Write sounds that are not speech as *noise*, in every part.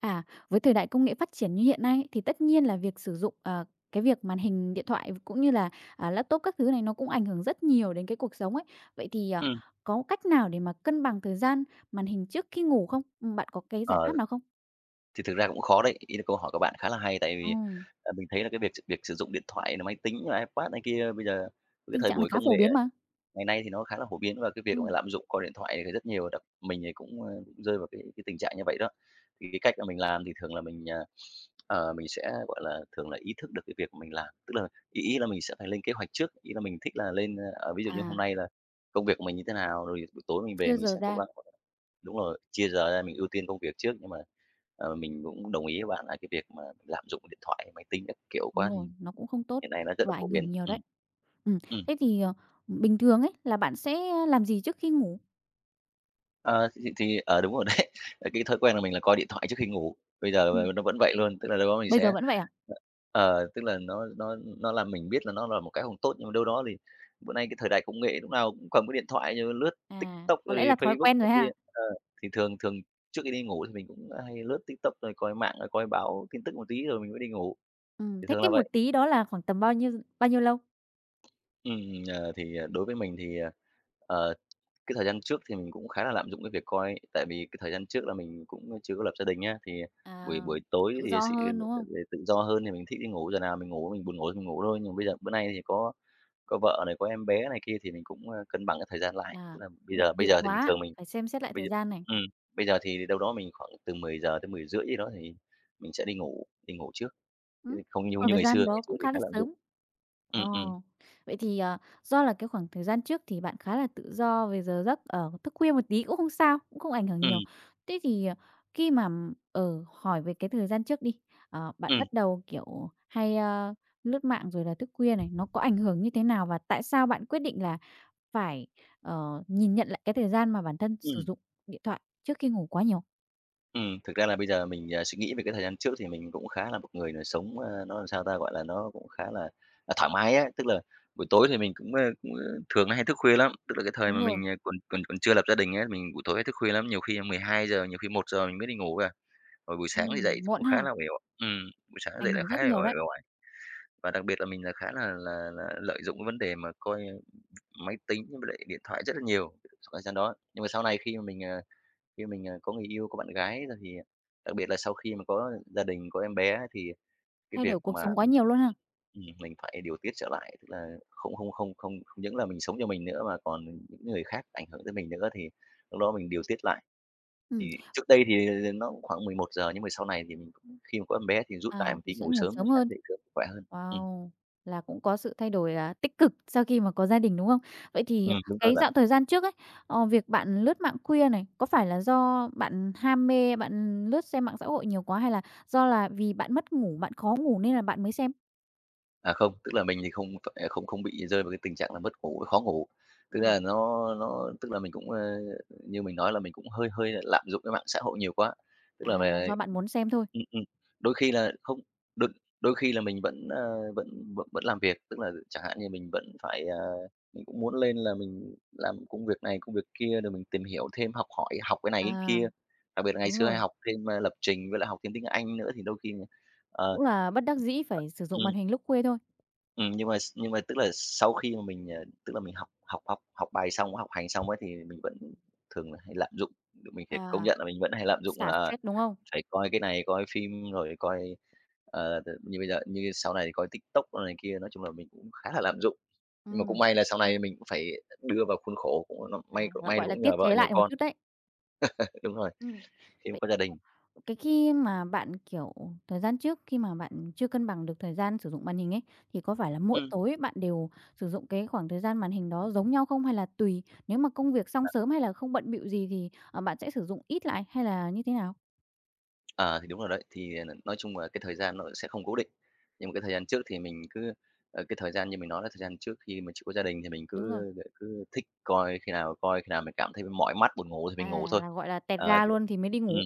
À, với thời đại công nghệ phát triển như hiện nay ấy, thì tất nhiên là việc sử dụng, cái việc màn hình điện thoại cũng như là, laptop các thứ này nó cũng ảnh hưởng rất nhiều đến cái cuộc sống ấy. Vậy thì, Ừ, có cách nào để mà cân bằng thời gian màn hình trước khi ngủ không? Bạn có cái Ờ, giải pháp nào không? thì thực ra cũng khó đấy, ý là câu hỏi của bạn khá là hay, tại vì, Ừm, mình thấy là cái việc việc sử dụng điện thoại rồi máy tính rồi iPad này kia bây giờ cái tình thời trạng này buổi khá công nghệ phổ biến ấy, mà. ngày nay thì nó khá là phổ biến và cái việc mà Ừm, lạm dụng coi điện thoại thì rất nhiều, đặc mình thì cũng, cũng rơi vào cái tình trạng như vậy đó. Thì cái cách mà mình làm thì thường là mình, mình sẽ, gọi là, thường là ý thức được cái việc mà mình làm, tức là ý ý là mình sẽ phải lên kế hoạch trước, ý là mình thích là lên, ví dụ như hôm à, nay là công việc của mình như thế nào, rồi buổi tối mình về chia mình giờ sẽ cố ra, gắng, đúng rồi, chia giờ ra mình ưu tiên công việc trước nhưng mà mình cũng đồng ý với bạn là cái việc mà lạm dụng điện thoại, máy tính các kiểu đúng quá thì rồi, nó cũng không tốt hiện nay nó rất là và phổ ảnh biến. hưởng nhiều Ừm. đấy. Ừm, Ừm, thế thì, bình thường ấy là bạn sẽ làm gì trước khi ngủ? Đúng rồi đấy. *laughs* Cái thói quen của mình là coi điện thoại trước khi ngủ, bây giờ Ừm, là nó vẫn vậy luôn, tức là đâu đó bây giờ vẫn vậy à? Tức là nó làm mình biết là nó là một cái không tốt, nhưng mà đâu đó thì bữa nay cái thời đại công nghệ lúc nào cũng cầm cái điện thoại như lướt À, TikTok có rồi lẽ là thói Facebook quen này rồi kia. ha? Ờ, thì thường thường trước khi đi ngủ thì mình cũng hay lướt TikTok rồi coi mạng, rồi coi báo tin tức một tí rồi mình mới đi ngủ, Ừm, thì thế thường cái là một vậy. tí đó là khoảng tầm bao nhiêu lâu? Ừm, thì, đối với mình thì, ờ, cái thời gian trước thì mình cũng khá là lạm dụng cái việc coi, tại vì cái thời gian trước là mình cũng chưa có lập gia đình nhá thì buổi À, buổi tối tự thì do sự hơn, đúng không? về tự do hơn thì mình thích đi ngủ, giờ nào mình ngủ mình buồn ngủ thì mình ngủ thôi. Nhưng bây giờ bữa nay thì có vợ này, có em bé này kia thì mình cũng, cân bằng cái thời gian lại. À, Tức là bây bận giờ bây bịu giờ thì bình quá, thường mình phải xem xét lại bây thời giờ gian này. ừm, bây giờ thì đâu đó mình khoảng từ 10 giờ tới 10 rưỡi gì đó thì mình sẽ đi ngủ trước, Ừm, không như khoảng như thời gian ngày đó xưa cũng thì khá khá là lạm dụng. sớm. Ờ, Ừm, ừm, vậy thì, do là cái khoảng thời gian trước thì bạn khá là tự do về giờ giấc, thức khuya một tí cũng không sao, cũng không ảnh hưởng nhiều. ừm, Thế thì, khi mà hỏi về cái thời gian trước đi, bạn ừm, bắt đầu, kiểu, hay, lướt mạng rồi là thức khuya này, nó có ảnh hưởng như thế nào? Và tại sao bạn quyết định là phải, nhìn nhận lại cái thời gian mà bản thân sử ừm. dụng điện thoại trước khi ngủ quá nhiều. Thực ra là bây giờ mình, suy nghĩ về cái thời gian trước thì mình cũng khá là một người là sống, nó làm sao ta, gọi là, nó cũng khá là, thoải mái á. Tức là buổi tối thì mình cũng, thường hay thức khuya lắm, tức là cái thời mà Đúng rồi, mình, còn còn còn chưa lập gia đình ấy mình buổi tối hay thức khuya lắm, nhiều khi 12 giờ nhiều khi 1 giờ mình mới đi ngủ à. Rồi buổi sáng thì dậy muộn cũng khá ha, là uể oải, buổi sáng dậy ảnh là hưởng khá rất là nhiều uể đấy, oải. Và đặc biệt là mình là khá là lợi dụng cái vấn đề mà coi, máy tính với lại điện thoại rất là nhiều trong thời gian đó. Nhưng mà sau này khi mà mình, khi mình, có người yêu, có bạn gái rồi thì đặc biệt là sau khi mà có gia đình, có em bé thì cái thay việc đổi cuộc mà sống quá mình nhiều luôn ha. ừm, mình phải điều tiết trở lại, tức là không không không không không những là mình sống cho mình nữa mà còn những người khác ảnh hưởng tới mình nữa thì lúc đó mình điều tiết lại. Thì Ừm, trước đây thì nó cũng khoảng 11 giờ nhưng mà sau này thì mình cũng khi mà có em bé thì rút lại à, một thì tí, sẽ ngủ ngủ sớm để sớm sáng hơn. dậy sớm khỏe hơn. Wow, là cũng có sự thay đổi, tích cực sau khi mà có gia đình, đúng không? Vậy thì Đúng rồi cái bạn. dạo thời gian trước ấy, việc bạn lướt mạng khuya này, có phải là do bạn ham mê, bạn lướt xem mạng xã hội nhiều quá hay là do là vì bạn mất ngủ, bạn khó ngủ nên là bạn mới xem? À, không, tức là mình thì không phải không không bị rơi vào cái tình trạng là mất ngủ, khó ngủ. Tức Ừm. là nó tức là mình cũng, như mình nói là mình cũng hơi hơi là lạm dụng cái mạng xã hội nhiều quá. Tức là À, là về do bạn muốn xem thôi. ừm, ừm, đôi khi là không đôi đôi khi là mình vẫn, vẫn làm việc, tức là chẳng hạn như mình vẫn phải, mình cũng muốn lên là mình làm công việc này, công việc kia, rồi mình tìm hiểu thêm, học hỏi, học cái này cái À, kia. Đặc biệt là ngày đúng xưa hay rồi. học thêm, lập trình với lại học thêm tiếng Anh nữa thì đôi khi, ờ ờ. Cũng là bất đắc dĩ phải sử ừ. dụng màn hình lúc khuya thôi. Ừ nhưng mà tức là sau khi mà mình, tức là mình học học học học bài xong, học hành xong ấy thì mình vẫn thường là hay lạm dụng, mình phải công À, nhận là mình vẫn hay lạm dụng xả là, stress, đúng không? phải coi cái này, coi phim rồi coi, như bây giờ như sau này thì coi TikTok rồi này kia, nói chung là mình cũng khá là lạm dụng. Nhưng mà cũng Ừm, may là sau này mình cũng phải đưa vào khuôn khổ, cũng à, may là, may là gọi là, cũng nhờ tiết vợ chế nhờ lại một con. chút đấy. Đúng rồi, Ừm, khi mà vậy có gia đình. cái khi mà bạn, kiểu, thời gian trước khi mà bạn chưa cân bằng được thời gian sử dụng màn hình ấy, thì có phải là mỗi Ừm. tối bạn đều sử dụng cái khoảng thời gian màn hình đó giống nhau không? Hay là tùy, nếu mà công việc xong sớm hay là không bận bịu gì thì, bạn sẽ sử dụng ít lại hay là như thế nào? Ờ, thì đúng rồi đấy. Thì, nói chung là cái thời gian nó sẽ không cố định. Nhưng mà cái thời gian trước thì cái thời gian như mình nói là thời gian trước khi mà chưa có gia đình thì mình Đúng rồi, cứ cứ thích coi, khi nào mình cảm thấy mỏi mắt, buồn ngủ thì mình ngủ thôi. là, gọi là, tẹt Ờ, ga thì luôn thì mới đi ừm, ngủ.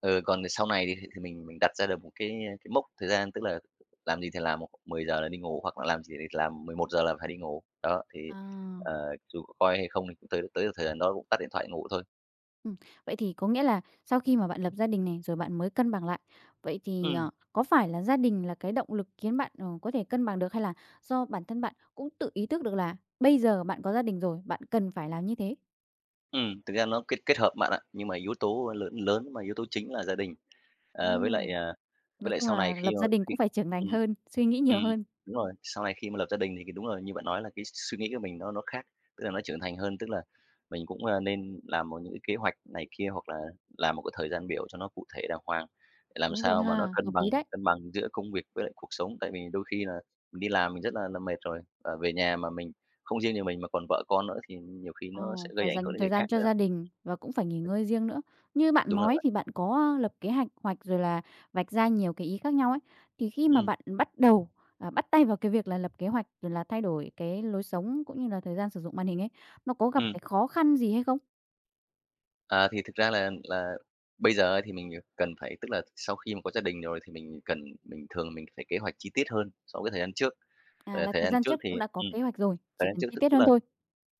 Còn sau này thì mình đặt ra được một cái cái mốc thời gian, tức là làm gì thì làm, 10 giờ là đi ngủ hoặc là làm gì thì làm, 11 giờ là phải đi ngủ. Đó, thì, À. ờ, dù có coi hay không thì cũng tới tới thời gian đó cũng tắt điện thoại ngủ thôi. Ừm, vậy thì có nghĩa là sau khi mà bạn lập gia đình này, rồi bạn mới cân bằng lại. Vậy thì, Ừm. Có phải là gia đình là cái động lực khiến bạn, có thể cân bằng được hay là do bản thân bạn cũng tự ý thức được là bây giờ bạn có gia đình rồi, bạn cần phải làm như thế? Ừ, thực ra nó kết kết hợp bạn ạ, nhưng mà yếu tố lớn lớn mà yếu tố chính là gia đình, ờ, với lại, Ừm, ờ, với nói lại chung sau này là lập khi mà gia đình khi cũng phải trưởng thành ừm, hơn, suy nghĩ nhiều ừm, hơn. đúng rồi, sau này khi mà lập gia đình thì đúng rồi, như bạn nói là cái suy nghĩ của mình nó khác, tức là nó trưởng thành hơn, tức là mình cũng, nên làm một những cái kế hoạch này kia hoặc là làm một cái thời gian biểu cho nó cụ thể đàng hoàng, để làm Đúng rồi sao mà nó ha, cân hợp bằng lý đấy. cân bằng giữa công việc với lại cuộc sống. Tại vì đôi khi là mình đi làm mình rất là mệt rồi, về nhà mà mình không riêng gì mình mà còn vợ con nữa thì nhiều khi nó sẽ Ồ, gây phải ảnh hưởng dành đến thời người khác gian cho nữa. gia đình và cũng phải nghỉ ngơi riêng nữa. Như bạn Đúng là nói vậy. thì bạn có, lập kế hoạch hoạch rồi là vạch ra nhiều cái ý khác nhau ấy, thì khi mà Ừm, bạn bắt đầu, bắt tay vào cái việc là lập kế hoạch rồi là thay đổi cái lối sống cũng như là thời gian sử dụng màn hình ấy, nó có gặp ừm. cái khó khăn gì hay không? À, thì thực ra là bây giờ ấy thì mình, ờ, cần phải tức là sau khi mà có gia đình rồi thì mình cần mình thường mình phải kế hoạch chi tiết hơn so với cái thời gian trước. À, là Thời thời gian gian trước trước thì cũng đã có ừm, kế hoạch rồi, thời chỉ gian cần trước chi tức tiết hơn thôi.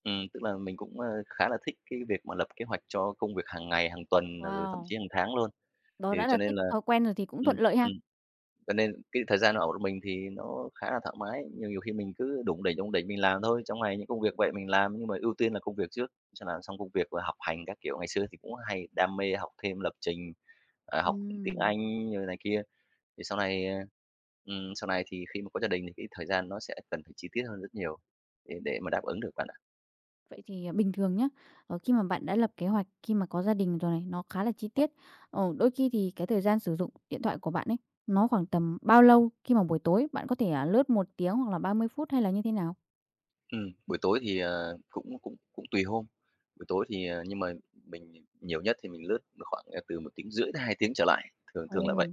tức là mình cũng, khá là thích cái việc mà lập kế hoạch cho công việc hàng ngày, hàng tuần, rồi thậm Wow, chí hàng tháng luôn. đó Thì đã cho là nên thích là thói quen rồi thì cũng ừm, thuận lợi ha. ừm. Cho nên cái thời gian ở một mình thì nó khá là thoải mái, nhiều nhiều khi mình cứ đủng đỉnh mình làm thôi, trong ngày những công việc vậy mình làm nhưng mà ưu tiên là công việc trước, xong là xong công việc và học hành các kiểu. Ngày xưa thì cũng hay đam mê học thêm lập trình, học tiếng Ừm. Anh rồi này kia, thì sau này, sau này thì khi mà có gia đình thì cái thời gian nó sẽ cần phải chi tiết hơn rất nhiều để mà đáp ứng được bạn ạ. Vậy thì, bình thường nhá, khi mà bạn đã lập kế hoạch, khi mà có gia đình rồi này, nó khá là chi tiết, đôi khi thì cái thời gian sử dụng điện thoại của bạn ấy, nó khoảng tầm bao lâu khi mà buổi tối bạn có thể, lướt 1 tiếng hoặc là 30 phút hay là như thế nào? Buổi tối thì, cũng cũng cũng tùy hôm, buổi tối thì, nhưng mà mình nhiều nhất thì mình lướt khoảng, từ 1 tiếng rưỡi đến 2 tiếng trở lại, thường Ồ, thường là vậy.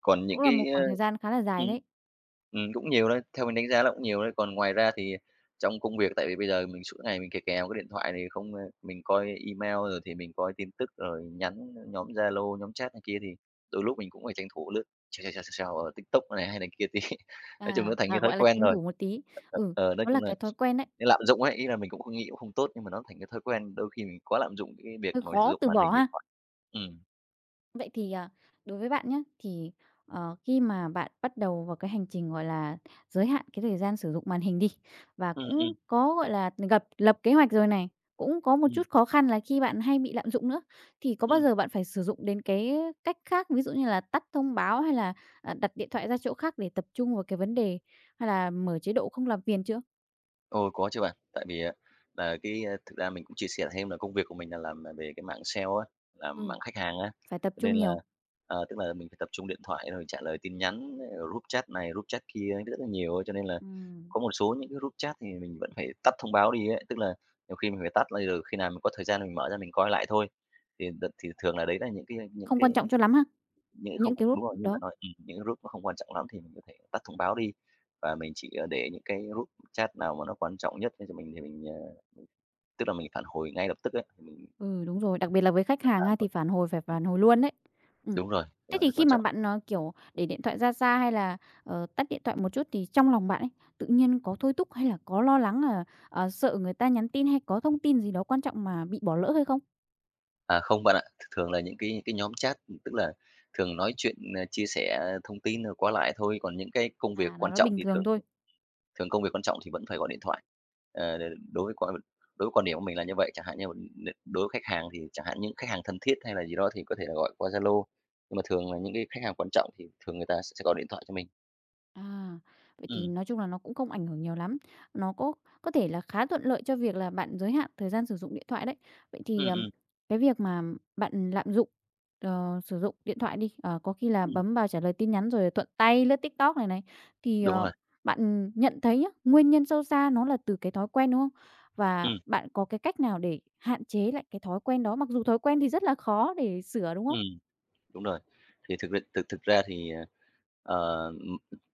Còn những cũng là cái, một ơ khoảng thời gian khá là ừm, dài đấy. Cũng nhiều đấy, theo mình đánh giá là cũng nhiều đấy. Còn ngoài ra thì trong công việc tại vì bây giờ mình suốt ngày mình kè kè vào cái điện thoại thì không, mình coi email rồi thì mình coi tin tức, rồi nhắn nhóm Zalo, nhóm chat này kia thì đôi lúc mình cũng phải tranh thủ lướt xèo, xèo, xèo, xèo, xèo ở TikTok này hay này kia tí. *laughs* Nói chung À, nó thành cái là, thói gọi là, quen tranh rồi. thủ một tí. Ờ, Ừ, ờ, ờ, nói nó là chung là cái thói quen đấy, cái lạm dụng ấy, ý là mình cũng không nghĩ cũng không tốt nhưng mà nó thành cái thói quen, đôi khi mình quá lạm dụng cái việc hơi mà sử khó dụng từ màn bỏ hình điện ha. thoại. Ừm. Vậy thì, đối với bạn nhé thì, khi mà bạn bắt đầu vào cái hành trình, gọi là, giới hạn cái thời gian sử dụng màn hình đi, và Ừm, ừm, cũng có, gọi là, gập lập kế hoạch rồi này, cũng có một ừm, chút khó khăn là khi bạn hay bị lạm dụng nữa, thì có bao ừm. giờ bạn phải sử dụng đến cái cách khác, ví dụ như là tắt thông báo hay là, đặt điện thoại ra chỗ khác để tập trung vào cái vấn đề, hay là mở chế độ không làm phiền chưa? Ôi, có chứ bạn. Tại vì á là cái, thực ra mình cũng chia sẻ thêm là công việc của mình là làm, về cái mảng sale á, làm Ừ, mảng khách hàng á, phải tập cho nên trung là, nhiều. Tức là mình phải tập trung điện thoại rồi trả lời tin nhắn, rồi group chat này, group chat kia rất là nhiều ấy. Cho nên là Ừm, có một số những cái group chat thì mình vẫn phải tắt thông báo đi ấy, tức là nhiều khi mình phải tắt lại rồi khi nào mình có thời gian mình mở ra mình coi lại thôi. Thì thường là đấy là những cái những không cái quan trọng cho lắm ha, không những cái lúc đúng rồi, như bạn đó? nói, những group nó không quan trọng lắm thì mình có thể tắt thông báo đi và mình chỉ, để những cái group chat nào mà nó quan trọng nhất thế mình thì mình, tức là mình phản hồi ngay lập tức ấy, thì mình Ừ, đúng rồi, đặc biệt là với khách phân hàng tán ha, thôi. thì phản hồi phải phản hồi luôn đấy. Ừm, Đúng rồi, cái thế đó thì rất khi quan mà trọng. bạn, kiểu, để điện thoại ra xa hay là, tắt điện thoại một chút thì trong lòng bạn ấy, tự nhiên có thôi thúc hay là có lo lắng là, sợ người ta nhắn tin hay có thông tin gì đó quan trọng mà bị bỏ lỡ hay không? À, không bạn ạ, thường là những cái nhóm chat, tức là thường nói chuyện, chia sẻ thông tin rồi qua lại thôi, còn những cái công việc À, là quan nó trọng bình thì thường thường thôi? thường công việc quan trọng thì vẫn phải gọi điện thoại. Ờ, đ đối với quan Đối với quan điểm của mình là như vậy, chẳng hạn như mà đối với khách hàng thì chẳng hạn những khách hàng thân thiết hay là gì đó thì có thể là gọi qua Zalo, nhưng mà thường là những cái khách hàng quan trọng thì thường người ta sẽ gọi điện thoại cho mình. À, vậy thì Ừm, nói chung là nó cũng không ảnh hưởng nhiều lắm. Nó có thể là khá thuận lợi cho việc là bạn giới hạn thời gian sử dụng điện thoại đấy. Vậy ừm, thì, ừm, cái việc mà bạn lạm dụng, sử dụng điện thoại đi, có khi là ừm, bấm vào trả lời tin nhắn rồi thuận tay lướt TikTok này này, thì, đúng rồi, bạn nhận thấy nhá, nguyên nhân sâu xa nó là từ cái thói quen, đúng không? Và ừm, bạn có cái cách nào để hạn chế lại cái thói quen đó, mặc dù thói quen thì rất là khó để sửa, đúng không? ừm. Đúng rồi. Thì thực ra thực thực ra thì, ờ, ờ,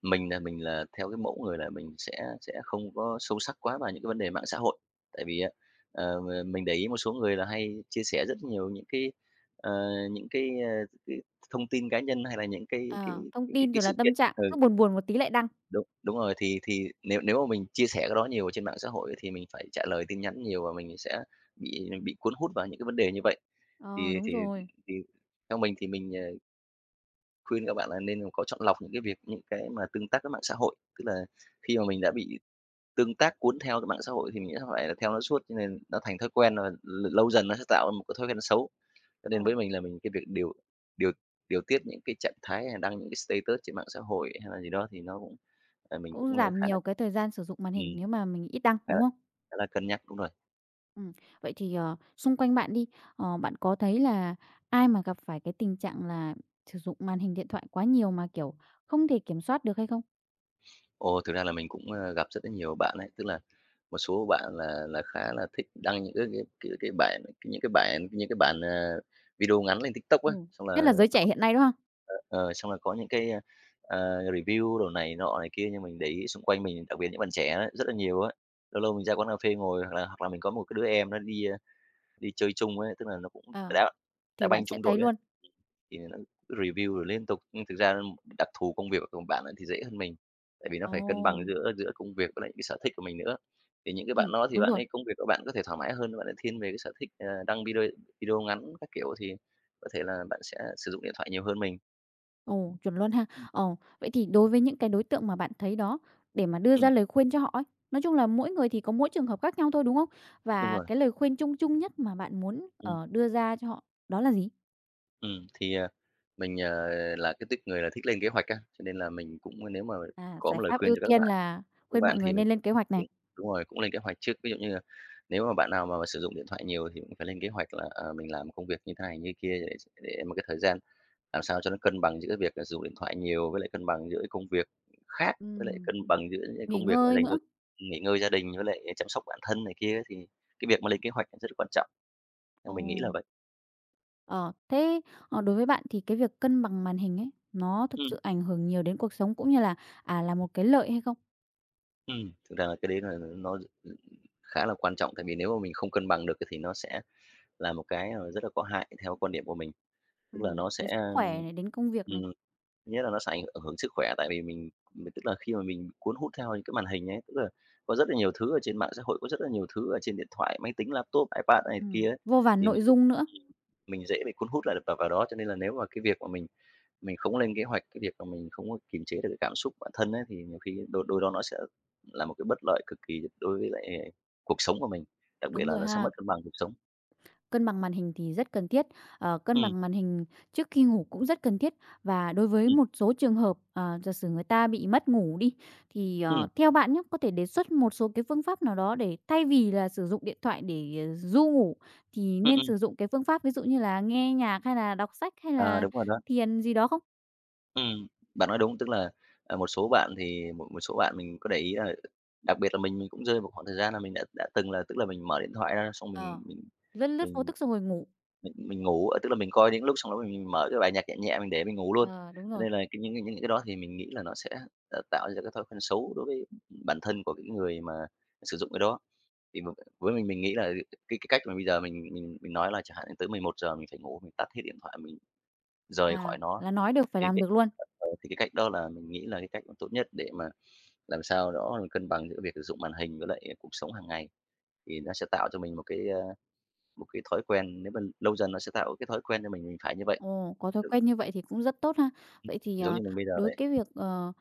mình là mình theo cái mẫu người là mình sẽ không có sâu sắc quá vào những cái vấn đề mạng xã hội. Tại vì á, ờ, m mình để ý một số người là hay chia sẻ rất nhiều những cái, ờ, những cái, ờ, cái thông tin cá nhân hay là những cái cái Ờ, thông cái tin cái rồi sự là kiện, tâm trạng, ừ, cứ buồn buồn một tí lại đăng. đúng, đúng rồi. Thì nếu nếu mà mình chia sẻ cái đó nhiều trên mạng xã hội thì mình phải trả lời tin nhắn nhiều và mình sẽ bị cuốn hút vào những cái vấn đề như vậy. Ờ, Thì đúng thì rồi. thì theo mình thì mình, khuyên các bạn là nên có chọn lọc những cái việc, những cái mà tương tác với mạng xã hội. Tức là khi mà mình đã bị tương tác cuốn theo cái mạng xã hội thì mình sẽ phải là theo nó suốt, cho nên nó thành thói quen rồi lâu dần nó sẽ tạo ra một cái thói quen xấu. Cho Ờ. nên với mình là mình cái việc điều điều điều tiết những cái trạng thái hay đăng những cái status trên mạng xã hội hay là gì đó thì nó cũng, mình Cũng cũng, giảm khá là nhiều cái thời gian sử dụng màn hình ừm, nếu mà mình ít đăng, khá đúng là không? khá là cân nhắc, đúng rồi. Ừm, vậy thì, xung quanh bạn đi, bạn có thấy là ai mà gặp phải cái tình trạng là sử dụng màn hình điện thoại quá nhiều mà, kiểu, không thể kiểm soát được hay không? Ồ, thực ra là mình cũng, gặp rất là nhiều bạn ấy, tức là một số bạn là khá là thích đăng những cái bản những cái bản những cái bản, video ngắn lên TikTok á, Ừ, xong nhất là là giới có trẻ hiện nay, đúng không? Xong là có những cái, review đồ này nọ này kia. Nhưng mình để ý xung quanh mình, đặc biệt những bạn trẻ á, rất là nhiều á, lâu lâu mình ra quán cà phê ngồi hoặc là mình có một cái đứa em nó đi, đi chơi chung ấy, tức là nó cũng Ờ, đá đá thì bạn banh sẽ chung thấy đội á. luôn. Thì nó review rồi liên tục, nhưng thực ra đặc thù công việc của bạn ấy thì dễ hơn mình, tại vì nó phải cân Ồ, bằng giữa giữa công việc với lại cái sở thích của mình nữa. Thì những cái bạn đó thì đúng bạn rồi. ấy công việc của bạn có thể thoải mái hơn, bạn ấy thiên về cái sở thích, đăng video video ngắn các kiểu thì có thể là bạn sẽ sử dụng điện thoại nhiều hơn mình. Ồ, chuẩn luôn ha. Ừm, Ồ, vậy thì đối với những cái đối tượng mà bạn thấy đó, để mà đưa ra ừm, lời khuyên cho họ ấy, nói chung là mỗi người thì có mỗi trường hợp khác nhau thôi, đúng không? đúng Và rồi, cái lời khuyên chung chung nhất mà bạn muốn, ừm, đưa ra cho họ đó là gì? thì mình, là cái tuýp người là thích lên kế hoạch á, cho nên là mình cũng nếu mà À, có một giải lời pháp khuyên ưu cho các tiên bạn là các khuyên mọi bạn người thì mình nên lên cũng kế hoạch này. đúng rồi, cũng lên kế hoạch trước. Ví dụ như là nếu mà bạn nào mà sử dụng điện thoại nhiều thì cũng phải lên kế hoạch là, mình làm công việc như thế này, như kia để một cái thời gian làm sao cho nó cân bằng giữa việc là dùng điện thoại nhiều với lại cân bằng giữa công việc khác, với lại Ừm, cân bằng giữa những nghỉ công việc mà ngơi dành cho nữa. nghỉ ngơi gia đình với lại chăm sóc bản thân này kia thì cái việc mà lên kế hoạch rất là quan trọng, theo Ồ, mình nghĩ là vậy. ờ, thế, đối với bạn thì cái việc cân bằng màn hình ấy, nó thực Ừm, sự ảnh hưởng nhiều đến cuộc sống cũng như là, là một cái lợi hay không? Thực ra là cái đấy là nó khá là quan trọng, tại vì nếu mà mình không cân bằng được thì nó sẽ là một cái, rất là có hại theo quan điểm của mình. Tức là Ừm, nó sẽ, đến sức khỏe này, đến công việc này, ừm, thứ nhất là nó sẽ ảnh hưởng sức khỏe, tại vì mình tức là khi mà mình cuốn hút theo những cái màn hình ấy, tức là có rất là nhiều thứ ở trên mạng xã hội, có rất là nhiều thứ ở trên điện thoại, máy tính, laptop, iPad này kia ấy, vô vàn thì nội dung nữa. mình dễ bị cuốn hút lại vào vào đó. Cho nên là nếu mà cái việc mà mình không lên kế hoạch, cái việc mà mình không có kiềm chế được cái cảm xúc bản thân ấy, thì nhiều khi đôi đôi đó nó sẽ là một cái bất lợi cực kỳ đối với lại cuộc sống của mình, đặc biệt Đúng là rồi nó sẽ mất ha. cân bằng cuộc sống. Cân bằng màn hình thì rất cần thiết, cân Ừm, bằng màn hình trước khi ngủ cũng rất cần thiết. Và đối với ừm, một số trường hợp, giả sử người ta bị mất ngủ đi, thì, ừm, theo bạn nhá, có thể đề xuất một số cái phương pháp nào đó để thay vì là sử dụng điện thoại để, ru ngủ thì ừm, nên ừm. sử dụng cái phương pháp ví dụ như là nghe nhạc hay là đọc sách hay À, là đúng rồi đó. thiền gì đó không? Ừm, bạn nói đúng. Tức là, một số bạn thì một một số bạn mình có để ý là đặc biệt là mình cũng rơi một khoảng thời gian là mình đã từng là tức là mình mở điện thoại ra xong Ờ, lướt lướt vô mình thức xong rồi ngủ. Mình ngủ, tức là mình coi những lúc xong đó mình mở cái bài nhạc nhẹ nhẹ mình để mình ngủ luôn. Ờ, đúng Cho rồi. nên là cái những cái đó thì mình nghĩ là nó sẽ, tạo ra cái thói quen xấu đối với bản thân của cái người mà sử dụng cái đó. Thì v Với mình nghĩ là cái cách mà bây giờ mình nói là chẳng hạn như tới 11 giờ mình phải ngủ, mình tắt hết điện thoại, mình rời À, khỏi nó là nói được phải thì làm cái được luôn. Thì cái cách đó là mình nghĩ là cái cách tốt nhất để mà làm sao đó là cân bằng giữa việc sử dụng màn hình với lại cuộc sống hàng ngày, thì nó sẽ tạo cho mình một cái, một cái thói quen, nếu mà lâu dần nó sẽ tạo cái thói quen cho mình phải như vậy, Ồ, có thói ừ, quen như vậy thì cũng rất tốt ha. Vậy thì, giống như mình bây giờ đối vậy. cái việc,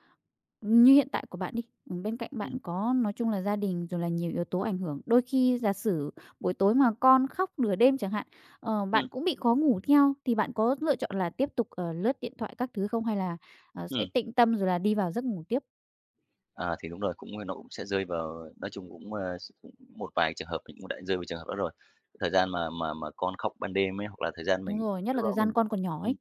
như hiện tại của bạn đi, bên cạnh Ừm, bạn có nói chung là gia đình rồi là nhiều yếu tố ảnh hưởng. Đôi khi giả sử buổi tối mà con khóc nửa đêm chẳng hạn, ừm, bạn cũng bị khó ngủ theo, thì bạn có lựa chọn là tiếp tục, lướt điện thoại các thứ không? Hay là, sẽ ừm, tịnh tâm rồi là đi vào giấc ngủ tiếp? Thì đúng rồi, cũng nó cũng sẽ rơi vào nói chung cũng, cũng một vài trường hợp mình cũng đã rơi vào trường hợp đó rồi. Thời gian mà mà con khóc ban đêm ấy, hoặc là thời gian Đúng mình rồi, nhất lúc là đó thời mình gian con còn nhỏ ấy.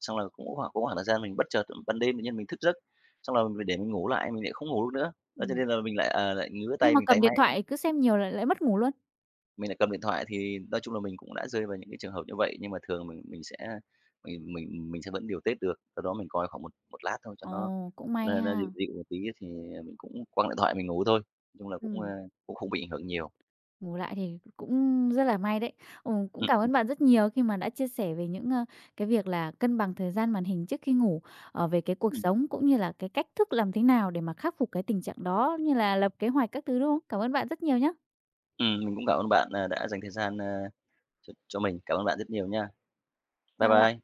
xong là cũng có có khoảng thời gian mình bất chợt ban đêm tự nhiên mình thức giấc, xong là mình để mình ngủ lại mình lại không ngủ được nữa. Đó, cho Ừm, nên là mình lại, lại ngứa nhưng tay, mà mình tay cầm máy, điện thoại cứ xem nhiều lại lại mất ngủ luôn. mình lại cầm điện thoại thì nói chung là mình cũng đã rơi vào những cái trường hợp như vậy, nhưng mà thường mình sẽ mình sẽ vẫn điều tiết được. Sau đó mình coi khoảng một một lát thôi cho nó Ồ, cũng may nó dịu ha. dịu một tí thì mình cũng quăng điện thoại mình ngủ thôi. Nói chung là cũng, Ừ. Cũng không bị ảnh hưởng nhiều. Bù lại thì cũng rất là may đấy. Ừ, cũng Ừm, cảm ơn bạn rất nhiều khi mà đã chia sẻ về những, cái việc là cân bằng thời gian màn hình trước khi ngủ, về cái cuộc ừm, sống cũng như là cái cách thức làm thế nào để mà khắc phục cái tình trạng đó, như là lập kế hoạch các thứ, đúng không? Cảm ơn bạn rất nhiều nhé. Mình cũng cảm ơn bạn, đã dành thời gian, cho mình. Cảm ơn bạn rất nhiều nha. Bye Chào bạn. bye.